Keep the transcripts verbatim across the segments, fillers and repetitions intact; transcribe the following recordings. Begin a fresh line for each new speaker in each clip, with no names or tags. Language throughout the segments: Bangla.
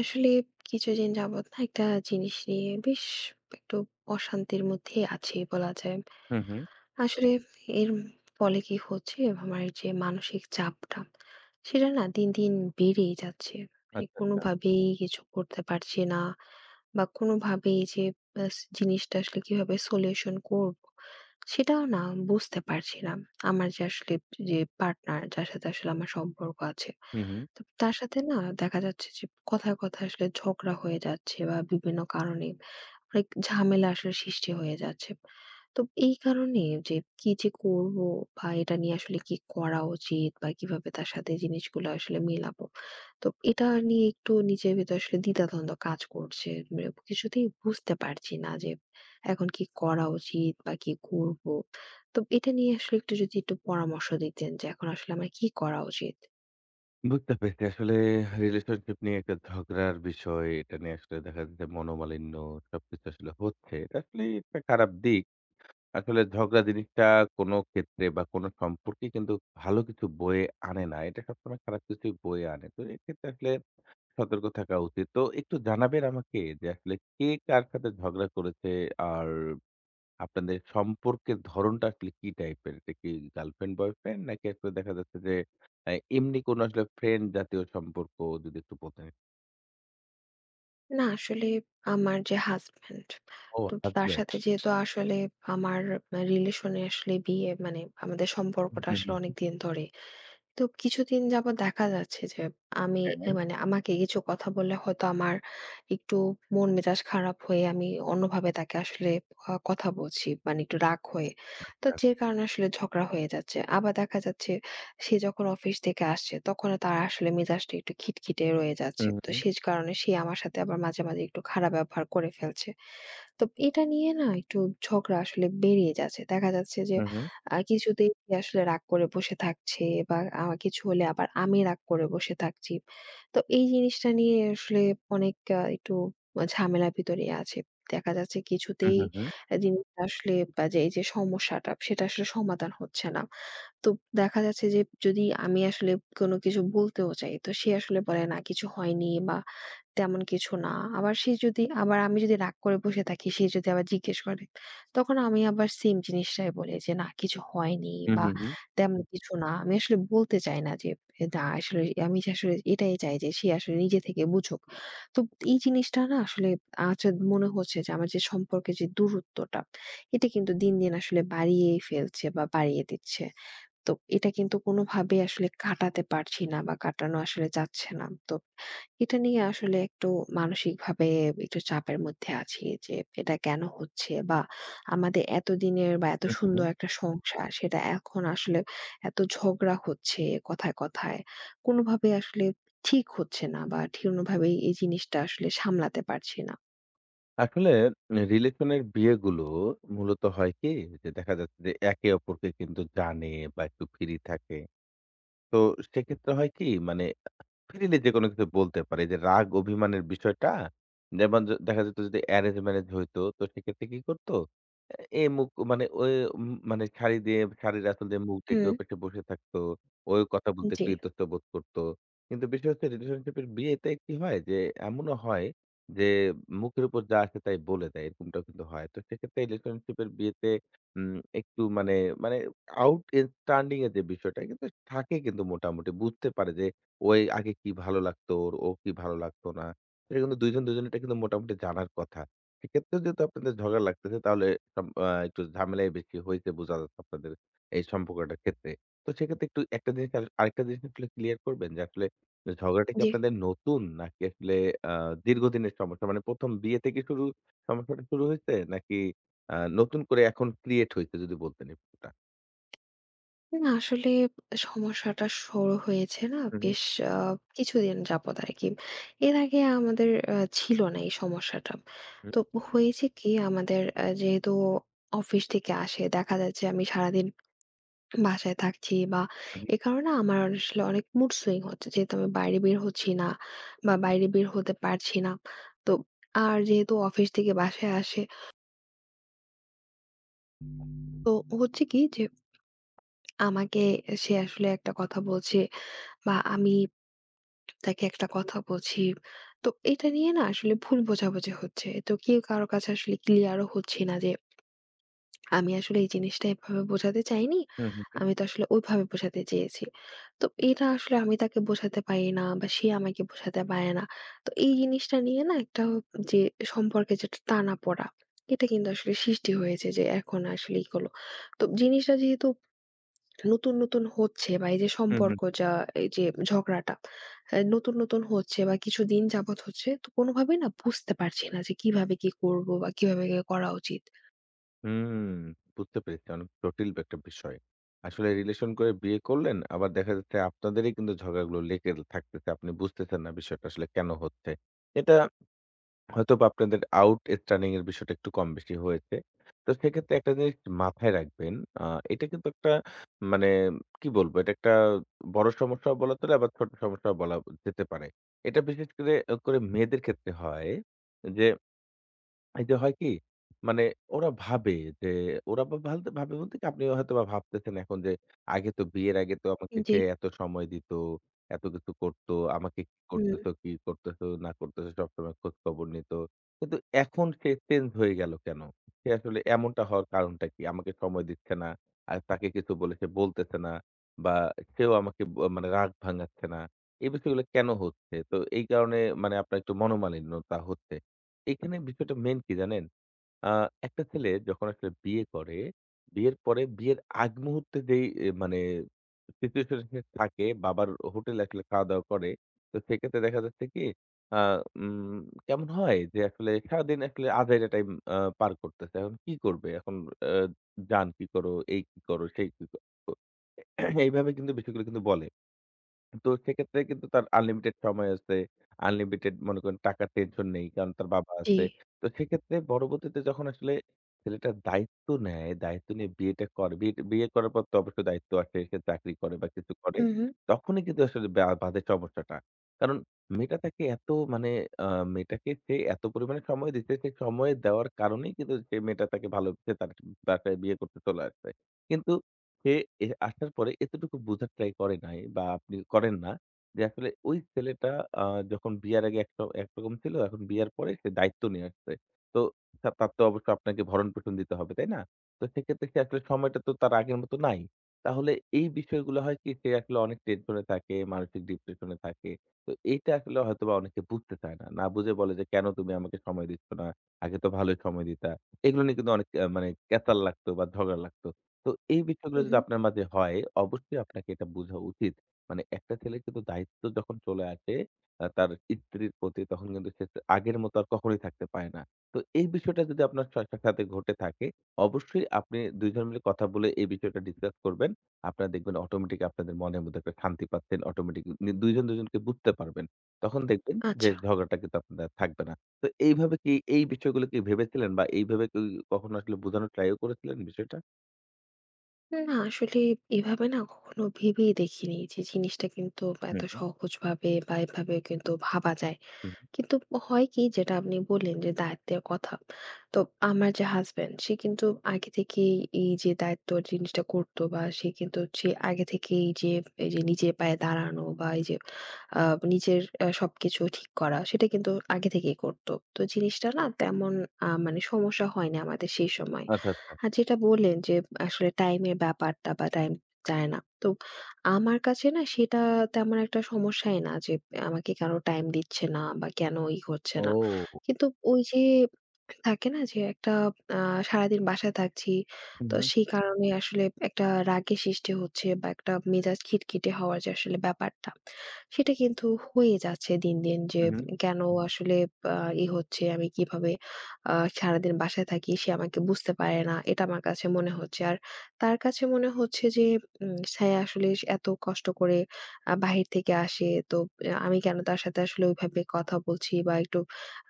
আসলে কিছুদিন যাবত না একটা জিনিস নিয়ে বেশ একটু অশান্তির মধ্যে আছি বলা যায়।
হুম, হুম।
আসলে এর ফলে কি হচ্ছে, আমার যে মানসিক চাপটা সেটা না দিন, দিন বেড়েই যাচ্ছে। মানে
আচ্ছা, আচ্ছা।
কোনোভাবেই কিছু করতে পারছি না বা কোনোভাবেই যে ব্যাস জিনিসটা আসলে কিভাবে সলিউশন করব সেটাও না বুঝতে পারছি না। আমার যে আসলে যে পার্টনার, যার সাথে আসলে আমার সম্পর্ক আছে।
হুম, হুম।
তো তার সাথে না দেখা যাচ্ছে যে কথায়, কথায় আসলে ঝগড়া হয়ে যাচ্ছে বা বিভিন্ন কারণে। অনেক ঝামেলা আসলে সৃষ্টি হয়ে যাচ্ছে। তো এই কারণে যে কি যে করব বা এটা নিয়ে আসলে কি করা উচিত বা কিভাবে তার সাথে জিনিসগুলো আসলে মেলাবো। তো এটা নিয়ে একটু নিজের ভেতর আসলে দ্বিধাদ্বন্দ্ব কাজ করছে। মানে কিছুতেই বুঝতে পারছি না যে এখন কি করা উচিত বা কি করব। তো এটা নিয়ে আসলে একটু যদি একটু পরামর্শ দিতেন যে এখন আসলে আমার কি করা উচিত?
বুঝতে পেরেছি। আসলে রিলেশনশিপ নিয়ে একটা ঝগড়ার বিষয়। এটা নিয়ে আসলে দেখা যাচ্ছে মনোমালিন্য সবকিছু আসলে হচ্ছে। এটা আসলেই একটা খারাপ দিক। আসলে ঝগড়া জিনিসটা কোনো ক্ষেত্রে বা কোনো সম্পর্কে কিন্তু ভালো কিছু বয়ে আনে না। এটা সবসময় খারাপ কিছুই বয়ে আনে। তো এক্ষেত্রে আসলে সতর্ক থাকা উচিত। তো একটু জানাবেন আমাকে যে আসলে কে কার সাথে ঝগড়া করেছে? আর আপনাদের সম্পর্কের ধরণটা আসলে কি টাইপের? এটা কি গার্লফ্রেন্ড, বয়ফ্রেন্ড নাকি আসলে দেখা যাচ্ছে যে আ এমনি কোনো আসলে ফ্রেন্ড জাতীয় সম্পর্ক যদি একটু বলতেন?
না আসলে আমার যে হাসব্যান্ড,
ও
তো তার
হাসবেন্ড।
সাথে যেহেতু আসলে আমার রিলেশনে আসলে বিয়ে, মানে আমাদের
হুম,
সম্পর্কটা
হুম,
আসলে
হুম।
অনেকদিন ধরে। তো কিছুদিন যাবৎ দেখা যাচ্ছে যে আমি
হ্যাঁ।
এ মানে আমাকে কিছু কথা বললে হয়তো আমার একটু মন মেজাজ খারাপ হয়ে আমি অন্যভাবে তাকে আসলে আ কথা বলছি। মানে একটু রাগ হয়ে। তো
আচ্ছা।
যে কারণে আসলে ঝগড়া হয়ে যাচ্ছে। আবার দেখা যাচ্ছে সে যখন অফিস থেকে আসছে তখনও তার আসলে মেজাজটা একটু খিটখিটে রয়ে যাচ্ছে।
হুম,
তো
হুম,
সে কারণে সে আমার সাথে আবার মাঝে, মাঝে একটু খারাপ ব্যবহার করে ফেলছে। তো এটা নিয়ে না একটু ঝগড়া আসলে বেরিয়ে যাচ্ছে। দেখা যাচ্ছে যে
হুম, হুম,
আ কিছুতেই সে আসলে রাগ করে বসে থাকছে বা আ কিছু হলে আবার আমি রাগ করে বসে থাকছি। তো এই জিনিসটা নিয়ে আসলে অনেক আ একটু ঝামেলার ভিতরে আছে। দেখা যাচ্ছে
হুম,
কিছুতেই
হুম,
জিনিসটা আসলে বা যে এই যে সমস্যাটা সেটা আসলে সমাধান হচ্ছে না। তো দেখা যাচ্ছে যে যদি আমি আসলে কোনো কিছু বলতেও চাই তো সে আসলে বলে না কিছু হয়নি বা তেমন কিছু না। আবার সে যদি আবার আমি যদি রাগ করে বসে থাকি, সে যদি আবার জিজ্ঞেস করে, তখন আমি আবার সেম জিনিসটাই বলি যে না কিছু হয়নি
হুম,
বা
হুম, হুম,
তেমন কিছু না। আমি আসলে বলতে চাই না যে এ না আসলে আমি যে আসলে এটাই চাই যে সে আসলে নিজে থেকে বুঝুক। তো এই জিনিসটা না আসলে আজ মনে হচ্ছে যে আমার যে সম্পর্কের যে দূরত্বটা, এটা কিন্তু দিন, দিন আসলে বাড়িয়েই ফেলছে বা বাড়িয়ে দিচ্ছে। তো এটা কিন্তু কোনোভাবেই আসলে কাটাতে পারছি না বা কাটানো আসলে যাচ্ছে না। তো এটা নিয়ে আসলে একটু মানসিকভাবে একটু চাপের মধ্যে আছি যে এটা কেন হচ্ছে? বা আমাদের এতদিনের বা এত
হুম, হুম,
সুন্দর
হুম।
একটা সংসার সেটা এখন আসলে এত ঝগড়া হচ্ছে কথায়, কথায়। কোনোভাবে আসলে ঠিক হচ্ছে না বা ঠিক কোনোভাবেই এই জিনিসটা আসলে সামলাতে পারছি না।
আসলে রিলেশনের বিয়েগুলো মূলত হয় কি যে দেখা যাচ্ছে যে একে অপরকে কিন্তু জানে বা একটু ফ্রি থাকে। তো সেক্ষেত্রে হয় কি মানে ফ্রিলি যেকোনো কিছু বলতে পারে। এই যে রাগ অভিমানের বিষয়টা যেমন য দেখা যেত যদি অ্যারেঞ্জ ম্যারেজ হইতো তো সেক্ষেত্রে কি করত? এ মুখ মানে ওই উম মানে শাড়ি দিয়ে শাড়ির আঁচল দিয়ে মুখ ঢেকে
হুম।
ওই পাশে বসে থাকতো। ওই কথা বলতে
জি,
একটু ইতস্ত বোধ করত। কিন্তু বিষয় হচ্ছে রিলেশনশিপের বিয়েতে কি হয় যে এমনও হয় যে মুখের উপর যা আসে তাই বলে দেয় এরকমটাও কিন্তু হয়। তো সেক্ষেত্রে রিলেশনশিপের বিয়েতে উম একটু মানে মানে আউটস্ট্যান্ডিং এর যে বিষয়টা কিন্তু থাকে কিন্তু মোটামুটি বুঝতে পারে যে ওই আগে কি ভালো লাগতো ওর, ও কি ভালো লাগতো না। এটা কিন্তু দুইজন দুজনেরটা কিন্তু মোটামুটি জানার কথা। সেক্ষেত্রেও যেহেতু আপনাদের ঝগড়া লাগতেছে তাহলে সব আ একটু ঝামেলাই বেশি হইছে বোঝা যাচ্ছে আপনাদের এই সম্পর্কটার ক্ষেত্রে। তো সেক্ষেত্রে একটু একটা জিনিস আর আরেকটা জিনিস আসলে ক্লিয়ার করবেন যে আসলে ঝগড়াটা কি
জি।
আপনাদের নতুন নাকি আসলে আ দীর্ঘদিনের সমস্যা? মানে প্রথম বিয়ে থেকে শুরু সমস্যাটা শুরু হইছে নাকি আ নতুন করে এখন ক্রিয়েট হইছে যদি বলতেন এই ব্যাপারটা?
না আসলে সমস্যাটা শুরু হয়েছে না
হু, হু।
বেশ আ কিছুদিন যাবত আরকি। এর আগে আমাদের আ ছিল না এই সমস্যাটা।
হুম।
তো হয়েছে কি আমাদের আ যেহেতু অফিস থেকে আসে, দেখা যাচ্ছে আমি সারাদিন বাসায় থাকছি বা
হু, হু।
এ কারণে আমার আসলে অনেক মুড সুইং হচ্ছে। যেহেতু আমি বাইরে বের হচ্ছি না বা বাইরে বের হতে পারছি না। তো আর যেহেতু অফিস থেকে বাসায় আসে, তো হচ্ছে কি যে আমাকে সে আসলে একটা কথা বলছে বা আমি তাকে একটা কথা বলছি। তো এটা নিয়ে না আসলে ভুল বোঝাবুঝি হচ্ছে। তো কেউ কারো কাছে আসলে ক্লিয়ার ও হচ্ছি না যে আমি আসলে এই জিনিসটা এভাবে বোঝাতে চাইনি।
হু, হু, হু।
আমি তো আসলে ওইভাবে বোঝাতে চেয়েছি। তো এটা আসলে আমি তাকে বোঝাতে পারি না বা সে আমাকে বোঝাতে পারে না। তো এই জিনিসটা নিয়ে না একটা যে সম্পর্কে যে একটা টানাপোড়া, এটা কিন্তু আসলে সৃষ্টি হয়েছে যে এখন আসলেই হলো। তো জিনিসটা যেহেতু নতুন, নতুন হচ্ছে বা এই যে
হু,
সম্পর্ক
হু।
যা, এই যে ঝগড়াটা আ নতুন, নতুন হচ্ছে বা কিছুদিন যাবৎ হচ্ছে, তো কোনোভাবেই না বুঝতে পারছি না যে কিভাবে কি করব বা কিভাবে কি করা উচিত?
হুম, বুঝতে পেরেছি। অনেক জটিল একটা বিষয়। আসলে রিলেশন করে বিয়ে করলেন, আবার দেখা যাচ্ছে আপনাদেরই কিন্তু ঝগড়াগুলো লেগে থাকতেছে। আপনি বুঝতেছেন না বিষয়টা আসলে কেন হচ্ছে। এটা হয়তোবা আপনাদের আউট স্ট্যান্ডিং এর বিষয়টা একটু কম বেশি হয়েছে। তো সেক্ষেত্রে একটা জিনিস মাথায় রাখবেন। আ এটা কিন্তু একটা মানে কি বলবো? এটা একটা বড় সমস্যাও বলা চলে আবার ছোট সমস্যাও বলা যেতে পারে। এটা বিশেষ করে, করে মেয়েদের ক্ষেত্রে হয় যে এই যে হয় কি? মানে ওরা ভাবে যে ওরা বা ভালতে ভাবে বলতে কি আপনি হয়তোবা ভাবতেছেন এখন যে আগে তো বিয়ের আগে তো আমাকে
জি,
সে এত সময় দিত, এত কিছু করত, আমাকে কি
হুম,
করতেছো, কি করতেছো না করতেছো সবসময় খোঁজখবর নিত। কিন্তু এখন সে চেঞ্জ হয়ে গেল কেন? সে আসলে এমনটা হওয়ার কারণটা কি? আমাকে সময় দিচ্ছে না। আর তাকে কিছু বলে সে বলতেছে না বা সেও আমাকে ব মানে রাগ ভাঙাচ্ছে না। এই বিষয়গুলো কেন হচ্ছে? তো এই কারণে মানে আপনার একটু মনোমালিন্যতা হচ্ছে। এখানে বিষয়টা মেইন কি জানেন? আ একটা ছেলে যখন আসলে বিয়ে করে, বিয়ের পরে বিয়ের আগ মুহূর্তে যেই এ মানে সিচুয়েশন সে থাকে, বাবার হোটেলে আসলে খাওয়া-দাওয়া করে। তো সেক্ষেত্রে দেখা যাচ্ছে কি আ উম কেমন হয় যে আসলে সারাদিন আসলে আজাইরা টাইম আ পার করতেছে। এখন কি করবে? এখন আ "জান কি করো? এই কি করো? সেই কি করো?" এইভাবে কিন্তু বিষয়গুলো কিন্তু বলে। তো সেক্ষেত্রে কিন্তু তার আনলিমিটেড সময় আছে। আনলিমিটেড মনে করেন টাকার টেনশন নেই। কারণ তার বাবা
জি,
আছে। তো সেক্ষেত্রে পরবর্তীতে যখন আসলে ছেলেটার দায়িত্ব নেয়, দায়িত্ব নিয়ে বিয়েটা করে। বিয়ে বিয়ে করার পর তো অবশ্যই দায়িত্ব আসে। সে চাকরি করে বা কিছু করে।
হুম, হুম,
তখনই কিন্তু আসলে বা বাধে সমস্যাটা। কারণ মেয়েটা তাকে এত মানে আ মেয়েটাকে সে এত পরিমাণে সময় দিচ্ছে, সে সময় দেওয়ার কারণেই কিন্তু সে মেয়েটা তাকে ভালোবেসে তার বাসায় বিয়ে করতে চলে আসছে। কিন্তু সে এ আসার পরে এতটুকু বুঝার ট্রাই করে নাই বা আপনি করেন না যে আসলে ওই ছেলেটা আ যখন বিয়ার আগে একটা একরকম ছিল, এখন বিয়ার পরে সে দায়িত্ব নিয়ে আসছে। তো তা তার তো অবশ্য আপনাকে ভরণ-পোষণ দিতে হবে, তাই না? তো সেক্ষেত্রে সে আসলে সময়টা তো তার আগের মতো নাই। তাহলে এই বিষয়গুলো হয় কি সে আসলে অনেক টেনশনে থাকে, মানসিক ডিপ্রেশন এ থাকে। তো এইটা আসলে হয়তোবা অনেকে বুঝতে চায় না। না বুঝে বলে যে, "কেন তুমি আমাকে সময় দিচ্ছ না? আগে তো ভালোই সময় দিতা।" এগুলো নিয়ে কিন্তু অনেক আ মানে ক্যাচাল লাগতো বা ঝগড়া লাগতো। তো এই বিষয়গুলো
হুম,
যদি
হুম,
আপনার মাঝে হয়, অবশ্যই আপনাকে এটা বোঝা উচিত। মানে একটা ছেলের কিন্তু দায়িত্ব যখন চলে আসে আ তার স্ত্রীর প্রতি তখন কিন্তু সে আগের মতো আর কখনোই থাকতে পারে না। তো এই বিষয়টা যদি আপনার স সাথে ঘটে থাকে, অবশ্যই আপনি দুই জন মিলে কথা বলে এই বিষয়টা ডিসকাস করবেন। আপনারা দেখবেন অটোমেটিক আপনাদের মনের মধ্যে একটা শান্তি পাচ্ছেন। অটোমেটিক নি দুই জন দুই জনকে বুঝতে পারবেন। তখন দেখবেন যে
আচ্ছা।
ঝগড়াটা কিন্তু আপনাদের আর থাকবে না। তো এইভাবে কি এই বিষয়গুলো কি ভেবেছিলেন বা এইভাবে কি কখনো আসলে বোঝানোর ট্রাইও করেছিলেন বিষয়টা?
না আসলে এভাবে না কখনো ভেবেই দেখিনি যে জিনিসটা কিন্তু এত
হুম।
সহজভাবে বা এভাবে কিন্তু ভাবা যায়।
হুম,
কিন্তু হয় কি, যেটা আপনি বললেন যে দায়িত্বের কথা। তো আমার যে হাসব্যান্ড সে কিন্তু আগে থেকেই এই যে দায়িত্ব জিনিসটা করত বা সে কিন্তু সে আগে থেকেই এই যে এই যে নিজের পায়ে দাঁড়ানো বা এই যে আ নিজের আ সবকিছু ঠিক করা সেটা কিন্তু আগে থেকেই করত। তো জিনিসটা না তেমন আ মানে সমস্যা হয়নি আমাদের সেই সময়।
আচ্ছা, আচ্ছা।
আর যেটা বললেন যে আসলে টাইমের ব্যাপারটা বা টাইম চায় না। তো আমার কাছে না সেটা তেমন একটা সমস্যাই না যে আমাকে কেন টাইম দিচ্ছে না বা কেন ই হচ্ছে না।
ও!
কিন্তু ওই যে থাকে না যে একটা আ সারাদিন বাসায় থাকছি।
হু,
তো
হু,
সেই কারণে আসলে একটা রাগের সৃষ্টি হচ্ছে বা একটা মেজাজ খিটখিটে হওয়ার যে আসলে ব্যাপারটা, সেটা কিন্তু হয়ে যাচ্ছে দিন, দিন যে
হু, হু,
কেন আসলে আ ই হচ্ছে, আমি কিভাবে আ সারাদিন বাসায় থাকি সে আমাকে বুঝতে পারে না। এটা আমার কাছে মনে হচ্ছে। আর তার কাছে মনে হচ্ছে যে উম সে আসলে এত কষ্ট করে আ বাহির থেকে আসে। তো আ আমি কেন তার সাথে আসলে ওইভাবে কথা বলছি বা একটু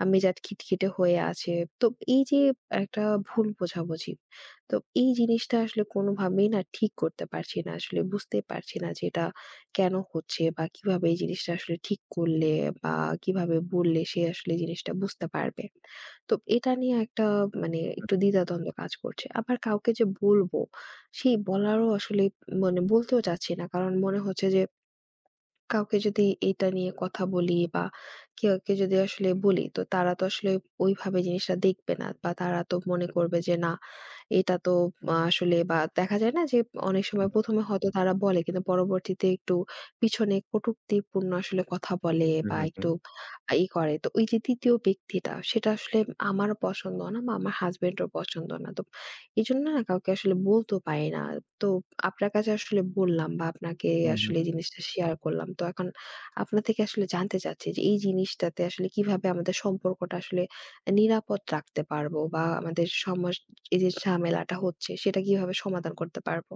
আ মেজাজ খিটখিটে হয়ে আছে। তো এই যে একটা ভুল বোঝাবুঝি। তো এই জিনিসটা আসলে কোনোভাবেই না ঠিক করতে পারছি না। আসলে বুঝতে পারছি না যে এটা কেন হচ্ছে বা কিভাবে এই জিনিসটা আসলে ঠিক করলে বা কিভাবে বললে সে আসলে এই জিনিসটা বুঝতে পারবে। তো এটা নিয়ে একটা মানে একটু দ্বিধাদ্বন্দ্ব কাজ করছে। আবার কাউকে যে বলব সেই বলারও আসলে মানে বলতেও চাচ্ছি না। কারণ মনে হচ্ছে যে কাউকে যদি এইটা নিয়ে কথা বলি বা কাউকে যদি আসলে বলি তো তারা তো আসলে ওইভাবে জিনিসটা দেখবে না বা তারা তো মনে করবে যে না, এটা তো আ আসলে বা দেখা যায় না যে অনেক
হু,
সময় প্রথম এ হয়তো তারা বলে কিন্তু পরবর্তীতে একটু পিছনে কটূক্তিপূর্ণ আসলে কথা বলে
হু,
বা
হু,
একটু ই করে। তো ওই যে তৃতীয় ব্যক্তিটা সেটা আসলে আমারও পছন্দ না বা আমার হাসব্যান্ডেরও পছন্দ না। তো এজন্য না কাউকে আসলে বলতেও পারি না। তো আপনার কাছে আসলে বললাম বা আপনাকে
হু, হু,
আসলে
হু।
এই জিনিসটা শেয়ার করলাম। তো এখন আপনার থেকে আসলে জানতে চাচ্ছি যে এই জিনিসটাতে আসলে কিভাবে আমাদের সম্পর্কটা আসলে নিরাপদ রাখতে পারবো বা আমাদের সমাস এই যে ঝামেলাটা হচ্ছে সেটা কিভাবে সমাধান করতে পারবো?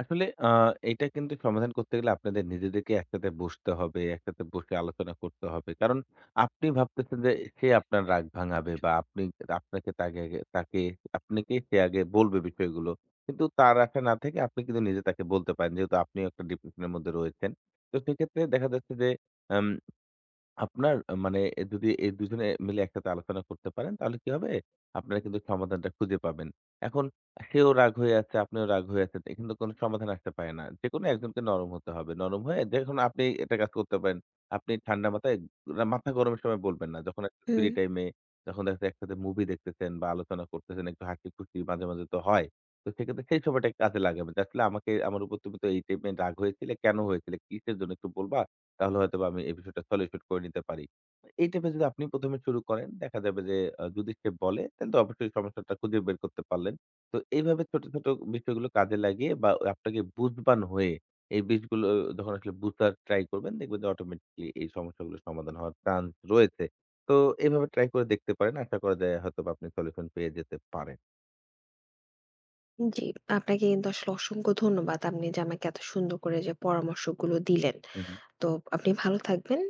আসলে আ এটা কিন্তু সমাধান করতে গেলে আপনাদের নিজেদেরকে একসাথে বসতে হবে, একসাথে বসে আলোচনা করতে হবে। কারণ আপনি ভাবতেছেন যে সে আপনার রাগ ভাঙাবে বা আপনি আপনাকে তাকে আগে তাকে আপনাকে সে আগে বলবে বিষয়গুলো। কিন্তু তার আশা না থেকে আপনি কিন্তু নিজে তাকে বলতে পারেন। যেহেতু আপনিও একটা ডিপ্রেশন এর মধ্যে রয়েছেন। তো সেক্ষেত্রে দেখা যাচ্ছে যে আম আপনার আ মানে যদি এই দুজনে মিলে একসাথে আলোচনা করতে পারেন, তাহলে কি হবে? আপনারা কিন্তু সমাধানটা খুঁজে পাবেন। এখন সেও রাগ হয়ে আছে, আপনিও রাগ হয়ে আছেন। এখানে তো কোনো সমাধান আসতে পারে না। যেকোনো একজনকে নরম হতে হবে। নরম হয়ে দেখুন আপনি একটা কাজ করতে পারেন। আপনি ঠান্ডা মাথায় রা মাথা গরমের সময় বলবেন না। যখন একটা ফ্রি
হুম।
টাইম এ যখন দেখা যাচ্ছে একসাথে মুভি দেখতেছেন বা আলোচনা করতেছেন, একটু হাসি-খুশি মাঝে, মাঝে তো হয়। তো সেক্ষেত্রে সেই সময়টা কাজে লাগাবেন। যে আসলে আমাকে আমার উপর তুমি তো এই টাইমে রাগ হয়েছিলে, কেন হয়েছিলে? কিসের জন্য একটু বলবা? তাহলে হয়তোবা আমি এই বিষয়টা সলিউশন করে নিতে পারি। এই টাইপের যদি আপনি প্রথম এ শুরু করেন, দেখা যাবে যে আ যদি সে বলে তাহলে তো অবশ্যই সমস্যাটা খুঁজে বের করতে পারলেন। তো এইভাবে ছোট, ছোট বিষয়গুলো কাজে লাগিয়ে বা আপনাকে বুঝবান হয়ে এই বিষগুলো যখন আসলে বুঝার ট্রাই করবেন, দেখবেন যে অটোমেটিক্যালি এই সমস্যাগুলো সমাধান হওয়ার চান্স রয়েছে। তো এভাবে ট্রাই করে দেখতে পারেন। আশা করা যায় হয়তোবা আপনি সলিউশন পেয়ে যেতে পারেন।
জি, আপনাকে কিন্তু আসলে অসংখ্য ধন্যবাদ। আপনি যে আমাকে এত সুন্দর করে যে পরামর্শগুলো দিলেন।
হু, হু।
তো আপনি ভালো থাকবেন।